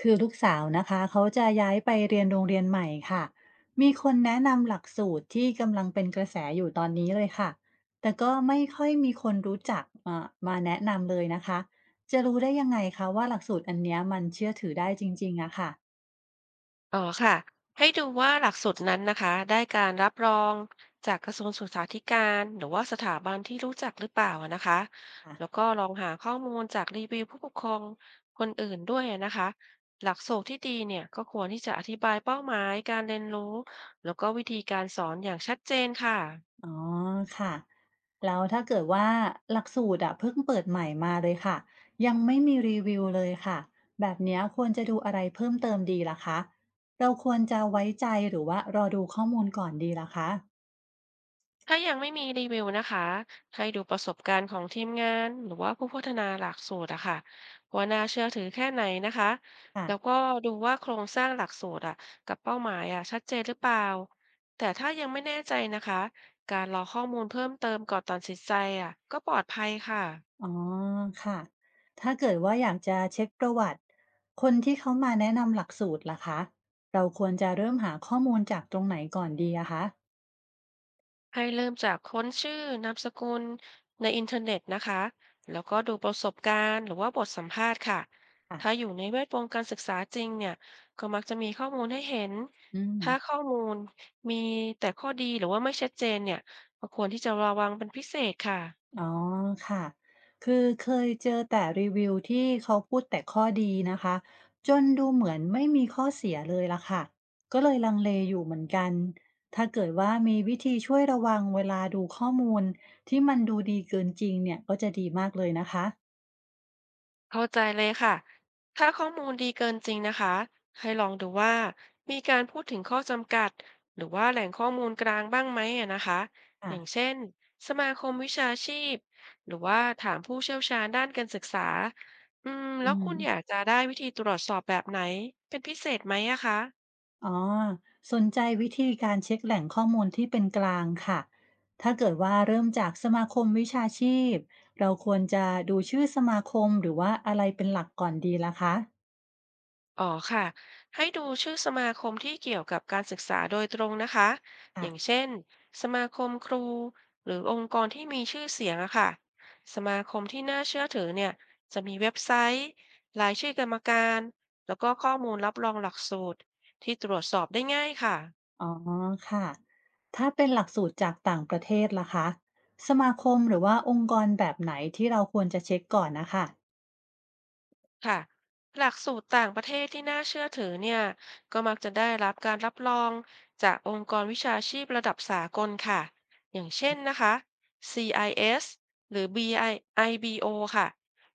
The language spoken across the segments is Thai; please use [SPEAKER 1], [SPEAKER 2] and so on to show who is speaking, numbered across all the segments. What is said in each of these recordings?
[SPEAKER 1] คือลูกสาวนะคะเขาจะย้ายไปเรียนโรงเรียนใหม่ค่ะมีคนแนะนำหลักสูตรที่กำลังเป็นกระแสอยู่ตอนนี้เลยค่ะแต่ก็ไม่ค่อยมีคนรู้จักมาแนะนำเลยนะคะจะรู้ได้ยังไงคะว่าหลักสูตรอันเนี้ยมันเชื่อถือได้จริงๆอะค่
[SPEAKER 2] อ๋อค่ะให้ดูว่าหลักสูตรนั้นนะคะได้การรับรองจากกระทรวงศึกษาธิการหรือว่าสถาบันที่รู้จักหรือเปล่าอะนะคะ
[SPEAKER 1] ะ
[SPEAKER 2] แล้วก็ลองหาข้อมูลจากรีวิวผู้ปกครองคนอื่นด้วยอะนะคะหลักสูตรที่ดีเนี่ยก็ควรที่จะอธิบายเป้าหมายการเรียนรู้แล้วก็วิธีการสอนอย่างชัดเจนค่ะ
[SPEAKER 1] อ๋อค่ะแล้วถ้าเกิดว่าหลักสูตรอะเพิ่งเปิดใหม่มาเลยค่ะยังไม่มีรีวิวเลยค่ะแบบเนี้ยควรจะดูอะไรเพิ่มเติมดีล่ะคะเราควรจะไว้ใจหรือว่ารอดูข้อมูลก่อนดีล่ะคะ
[SPEAKER 2] ถ้ายังไม่มีรีวิวนะคะให้ดูประสบการณ์ของทีมงานหรือว่าผู้พัฒนาหลักสูตรอะค่ะว่าน่าเชื่อถือแค่ไหนนะคะ
[SPEAKER 1] ค่ะ
[SPEAKER 2] แล้วก็ดูว่าโครงสร้างหลักสูตรอะกับเป้าหมายอะชัดเจนหรือเปล่า แต่ถ้ายังไม่แน่ใจนะคะ การรอข้อมูลเพิ่มเติมก่อนตัดสินใจอะก็ปลอดภัยค่ะ
[SPEAKER 1] อ๋อค่ะถ้าเกิดว่าอยากจะเช็คประวัติคนที่เขามาแนะนำหลักสูตรล่ะคะเราควรจะเริ่มหาข้อมูลจากตรงไหนก่อนดีอะคะ
[SPEAKER 2] ให้เริ่มจากค้นชื่อนามสกุลในอินเทอร์เน็ตนะคะ แล้วก็ดูประสบการณ์หรือว่าบทสัมภาษณ์ค่ะ
[SPEAKER 1] ค่ะ
[SPEAKER 2] ถ้าอยู่ในแวดวงการศึกษาจริงเนี่ย ก็มักจะมีข้อมูลให้เห็น
[SPEAKER 1] อืม
[SPEAKER 2] ถ้าข้อมูลมีแต่ข้อดีหรือว่าไม่ชัดเจนเนี่ยก็ควรที่จะระวังเป็นพิเศษค่ะ
[SPEAKER 1] อ๋อค่ะคือเคยเจอแต่รีวิวที่เขาพูดแต่ข้อดีนะคะจนดูเหมือนไม่มีข้อเสียเลยล่ะค่ะก็เลยลังเลอยู่เหมือนกันถ้าเกิดว่ามีวิธีช่วยระวังเวลาดูข้อมูลที่มันดูดีเกินจริงเนี่ยก็จะดีมากเลยนะคะ
[SPEAKER 2] เข้าใจเลยค่ะ ถ้าข้อมูลดีเกินจริงนะคะ ให้ลองดูว่ามีการพูดถึงข้อจำกัดหรือว่าแหล่งข้อมูลกลางบ้างไหมอะนะคะ อ
[SPEAKER 1] ค่ะ
[SPEAKER 2] ย่างเช่นสมาคมวิชาชีพหรือว่าถามผู้เชี่ยวชาญด้านการศึกษาอืม
[SPEAKER 1] อื
[SPEAKER 2] แล้วคุณ
[SPEAKER 1] ม
[SPEAKER 2] อยากจะได้วิธีตรวจสอบแบบไหนเป็นพิเศษไหมอะคะ
[SPEAKER 1] อ๋อสนใจวิธีการเช็กแหล่งข้อมูลที่เป็นกลางค่ะถ้าเกิดว่าเริ่มจากสมาคมวิชาชีพเราควรจะดูชื่อสมาคมหรือว่าอะไรเป็นหลักก่อนดีล่ะคะ
[SPEAKER 2] อ๋อค่ะให้ดูชื่อสมาคมที่เกี่ยวกับการศึกษาโดยตรงนะคะอ
[SPEAKER 1] ค่ะ
[SPEAKER 2] ย่างเช่นสมาคมครูหรือองค์กรที่มีชื่อเสียงอะค่ะสมาคมที่น่าเชื่อถือเนี่ยจะมีเว็บไซต์รายชื่อกรรมการแล้วก็ข้อมูลรับรองหลักสูตรที่ตรวจสอบได้ง่ายค่ะ
[SPEAKER 1] อ๋อค่ะถ้าเป็นหลักสูตรจากต่างประเทศล่ะคะสมาคมหรือว่าองค์กรแบบไหนที่เราควรจะเช็กก่อนนะคะ
[SPEAKER 2] ค่ะหลักสูตรต่างประเทศที่น่าเชื่อถือเนี่ยก็มักจะได้รับการรับรองจากองค์กรวิชาชีพระดับสากลค่ะอย่างเช่นนะคะ CIS หรือ BI b o ค่ะ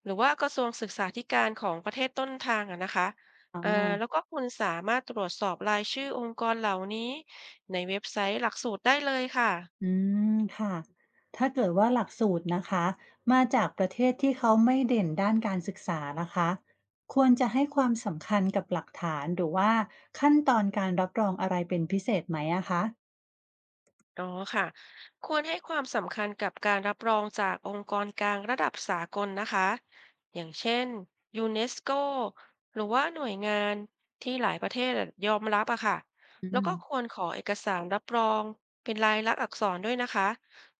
[SPEAKER 2] หรือว่ากระทรวงศึกษาธิการของประเทศต้นทางอะนะคะ
[SPEAKER 1] อ๋อ
[SPEAKER 2] แล้วก็คุณสามารถตรวจสอบรายชื่อองค์กรเหล่านี้ในเว็บไซต์หลักสูตรได้เลยค่ะ
[SPEAKER 1] อืมค่ะ ถ้าเกิดว่าหลักสูตรนะคะ มาจากประเทศที่เขาไม่เด่นด้านการศึกษานะคะ ควรจะให้ความสำคัญกับหลักฐานหรือว่าขั้นตอนการรับรองอะไรเป็นพิเศษไหมอะคะ
[SPEAKER 2] อ๋อค่ะควรให้ความสำคัญกับการรับรองจากองค์กรกลางระดับสากลนะคะ อย่างเช่นยูเนสโกหรือว่าหน่วยงานที่หลายประเทศอะยอมรับอะค่ะ
[SPEAKER 1] อื
[SPEAKER 2] แล้ว
[SPEAKER 1] ม
[SPEAKER 2] ก็ควรขอเอกสารรับรองเป็นลายลักษณ์อักษรด้วยนะคะ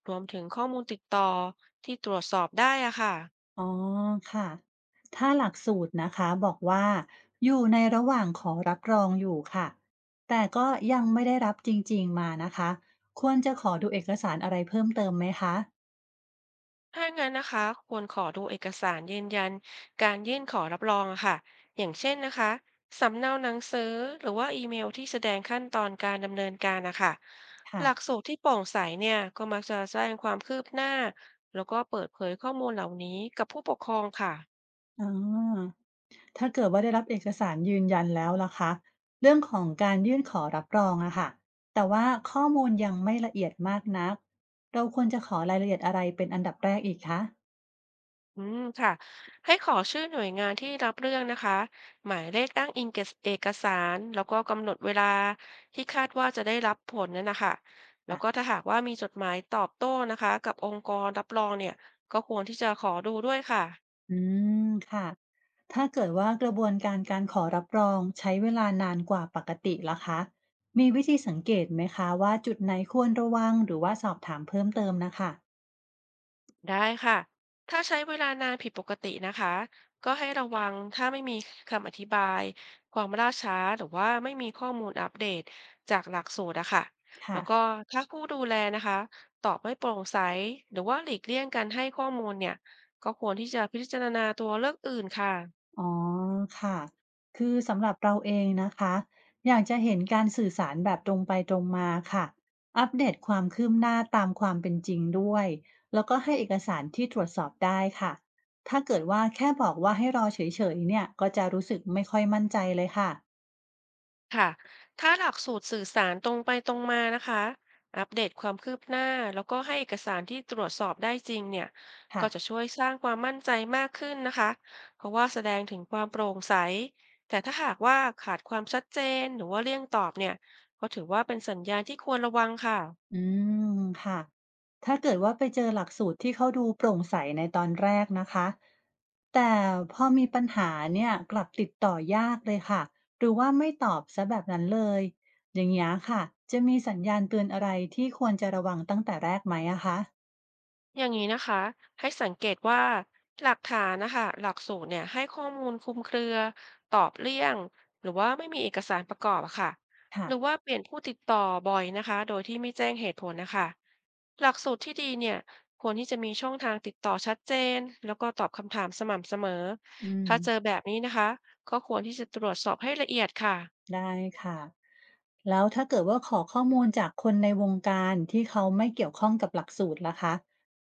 [SPEAKER 2] รวมถึงข้อมูลติดต่อที่ตรวจสอบได้อะค่ะ
[SPEAKER 1] อ๋อค่ะ ถ้าหลักสูตรนะคะบอกว่าอยู่ในระหว่างขอรับรองอยู่ค่ะ แต่ก็ยังไม่ได้รับจริงๆมานะคะ ควรจะขอดูเอกสารอะไรเพิ่มเติมไหมคะ
[SPEAKER 2] ถ้างั้นนะคะควรขอดูเอกสารยืนยันการยื่นขอรับรองอะค่ะอย่างเช่นนะคะสำเนาหนังสือหรือว่าอีเมลที่แสดงขั้นตอนการดำเนินการนะคะห
[SPEAKER 1] ค่ะ
[SPEAKER 2] ลักสูตรที่โปร่งใสเนี่ยก็มักจะแจ้งความคืบหน้าแล้วก็เปิดเผยข้อมูลเหล่านี้กับผู้ปกครองค่ะ
[SPEAKER 1] อ๋อ ถ้าเกิดว่าได้รับเอกสารยืนยันแล้วล่ะคะเรื่องของการยื่นขอรับรองอะค่ะแต่ว่าข้อมูลยังไม่ละเอียดมากนักเราควรจะขอรายละเอียดอะไรเป็นอันดับแรกอีกคะ
[SPEAKER 2] อืมค่ะให้ขอชื่อหน่วยงานที่รับเรื่องนะคะหมายเลขอ้างอิงเกสเอกสารแล้วก็กำหนดเวลาที่คาดว่าจะได้รับผลนั่นนะคะแล้วก็
[SPEAKER 1] ค่ะ
[SPEAKER 2] ถ้าหากว่ามีจดหมายตอบโต้นะคะกับองค์กรรับรองเนี่ยก็ควรที่จะขอดูด้วยค่ะ
[SPEAKER 1] อืมค่ะถ้าเกิดว่ากระบวนการการขอรับรองใช้เวลานานกว่าปกติล่ะคะมีวิธีสังเกตไหมคะว่าจุดไหนควรระวังหรือว่าสอบถามเพิ่มเติมนะคะ
[SPEAKER 2] ได้ค่ะ ถ้าใช้เวลานานผิดปกตินะคะ ก็ให้ระวังถ้าไม่มีคำอธิบายความล่าช้าหรือว่าไม่มีข้อมูลอัปเดตจากหลักสูตรอะค่ะแล้
[SPEAKER 1] ค่ะ
[SPEAKER 2] วก็ถ้าผู้ดูแลนะคะตอบไม่โปร่งใสหรือว่าหลีกเลี่ยงการให้ข้อมูลเนี่ย ก็ควรที่จะพิจารณาตัวเลือกอื่นค่ะ
[SPEAKER 1] อ๋อค่ะ คือสำหรับเราเองนะคะ อยากจะเห็นการสื่อสารแบบตรงไปตรงมาค่ะ อัปเดตความคืบหน้าตามความเป็นจริงด้วย แล้วก็ให้เอกสารที่ตรวจสอบได้ค่ะ ถ้าเกิดว่าแค่บอกว่าให้รอเฉยๆเนี่ยก็จะรู้สึกไม่ค่อยมั่นใจเลยค่ะ
[SPEAKER 2] ค่ะ ถ้าหลักสูตรสื่อสารตรงไปตรงมานะคะ อัปเดตความคืบหน้าแล้วก็ให้เอกสารที่ตรวจสอบได้จริงเนี่ย
[SPEAKER 1] ค่ะ
[SPEAKER 2] ก็จะช่วยสร้างความมั่นใจมากขึ้นนะคะเพราะว่าแสดงถึงความโปร่งใส แต่ถ้าหากว่าขาดความชัดเจนหรือว่าเลี่ยงตอบเนี่ย ก็ถือว่าเป็นสัญญาณที่ควรระวังค่ะ
[SPEAKER 1] อืมค่ะถ้าเกิดว่าไปเจอหลักสูตรที่เขาดูโปร่งใสในตอนแรกนะคะแต่พอมีปัญหาเนี่ยกลับติดต่อยากเลยค่ะหรือว่าไม่ตอบซะแบบนั้นเลยอย่างนี้ยค่ะจะมีสัญญาณเตือนอะไรที่ควรจะระวังตั้งแต่แรกไหมอะคะ
[SPEAKER 2] อย่างนี้นะคะให้สังเกตว่าหลักฐานนะคะหลักสูตรเนี่ยให้ข้อมูลคลุมเครือตอบเลี่ยงหรือว่าไม่มีเอกสารประกอบอะค่ะห
[SPEAKER 1] ค่ะ
[SPEAKER 2] รือว่าเปลี่ยนผู้ติดต่อบ่อยนะคะโดยที่ไม่แจ้งเหตุผลนะคะหลักสูตรที่ดีเนี่ยควรที่จะมีช่องทางติดต่อชัดเจนแล้วก็ตอบคำถามสม่ำเสมอ
[SPEAKER 1] อืม
[SPEAKER 2] ถ้าเจอแบบนี้นะคะก็ควรที่จะตรวจสอบให้ละเอียดค่ะ
[SPEAKER 1] ได้ค่ะแล้วถ้าเกิดว่าขอข้อมูลจากคนในวงการที่เขาไม่เกี่ยวข้องกับหลักสูตรล่ะคะ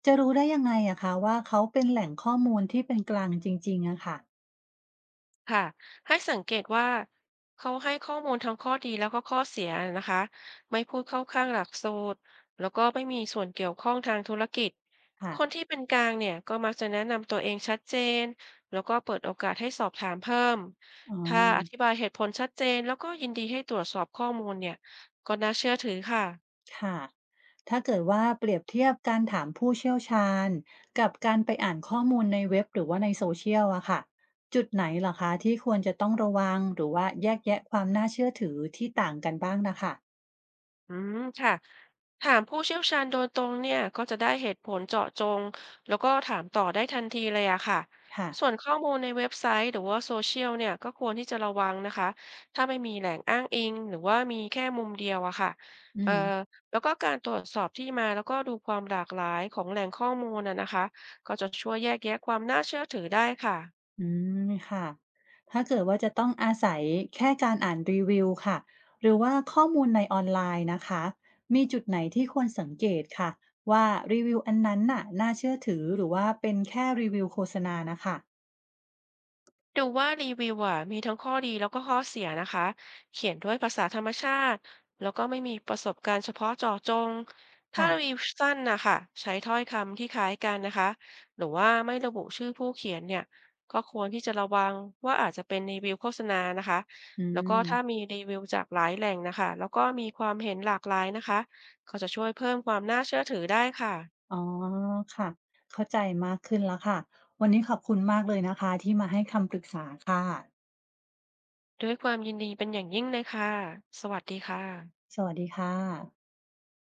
[SPEAKER 1] จะรู้ได้ยังไงอะคะว่าเขาเป็นแหล่งข้อมูลที่เป็นกลางจริงๆอะค่ะ
[SPEAKER 2] ค่ะให้สังเกตว่าเขาให้ข้อมูลทั้งข้อดีแล้วก็ข้อเสียนะคะไม่พูดเข้าข้างหลักสูตรแล้วก็ไม่มีส่วนเกี่ยวข้องทางธุรกิจคน
[SPEAKER 1] ค่ะ
[SPEAKER 2] ที่เป็นกลางเนี่ยก็มักจะแนะนำตัวเองชัดเจนแล้วก็เปิดโอกาสให้สอบถามเพิ่ม
[SPEAKER 1] อ๋อ
[SPEAKER 2] ถ้าอธิบายเหตุผลชัดเจนแล้วก็ยินดีให้ตรวจสอบข้อมูลเนี่ยก็น่าเชื่อถือค่ะ
[SPEAKER 1] ค่ะถ้าเกิดว่าเปรียบเทียบการถามผู้เชี่ยวชาญกับการไปอ่านข้อมูลในเว็บหรือว่าในโซเชียลอะค่ะจุดไหนเหรอคะที่ควรจะต้องระวังหรือว่าแยกแยะความน่าเชื่อถือที่ต่างกันบ้างนะค่ะ
[SPEAKER 2] อืมค่ะถามผู้เชี่ยวชาญโดยตรงเนี่ยก็จะได้เหตุผลเจาะจงแล้วก็ถามต่อได้ทันทีเลยอะค่ะ
[SPEAKER 1] ค่ะ
[SPEAKER 2] ส่วนข้อมูลในเว็บไซต์หรือว่าโซเชียลเนี่ยก็ควรที่จะระวังนะคะถ้าไม่มีแหล่งอ้างอิงหรือว่ามีแค่มุมเดียวอะค่ะ
[SPEAKER 1] อื
[SPEAKER 2] เอ่อ
[SPEAKER 1] ม
[SPEAKER 2] แล้วก็การตรวจสอบที่มาแล้วก็ดูความหลากหลายของแหล่งข้อมูลน่ะนะคะก็จะช่วยแยกแยะความน่าเชื่อถือได้ค่ะ
[SPEAKER 1] อืมค่ะถ้าเกิดว่าจะต้องอาศัยแค่การอ่านรีวิวค่ะหรือว่าข้อมูลในออนไลน์นะคะมีจุดไหนที่ควรสังเกตค่ะว่ารีวิวอันนั้นน่ะน่าเชื่อถือหรือว่าเป็นแค่รีวิวโฆษณานะคะ
[SPEAKER 2] ดูว่ารีวิวอ่ะมีทั้งข้อดีแล้วก็ข้อเสียนะคะเขียนด้วยภาษาธรรมชาติแล้วก็ไม่มีประสบการณ์เฉพาะเจาะจงถ้ารีวิ
[SPEAKER 1] ค่ะ
[SPEAKER 2] วสั้นนะคะใช้ถ้อยคำที่คล้ายกันนะคะหรือว่าไม่ระบุชื่อผู้เขียนเนี่ยก็ควรที่จะระวังว่าอาจจะเป็นรีวิวโฆษณานะคะ
[SPEAKER 1] อื
[SPEAKER 2] แล้วก็
[SPEAKER 1] ม
[SPEAKER 2] ถ้ามีรีวิวจากหลายแหล่งนะคะแล้วก็มีความเห็นหลากหลายนะคะก็จะช่วยเพิ่มความน่าเชื่อถือได้ค่ะ
[SPEAKER 1] อ๋อค่ะเข้าใจมากขึ้นแล้วค่ะวันนี้ขอบคุณมากเลยนะคะที่มาให้คำปรึกษาค่ะ
[SPEAKER 2] ด้วยความยินดีเป็นอย่างยิ่งเลยค่ะสวัสดีค่ะ
[SPEAKER 1] สวัสดีค่ะ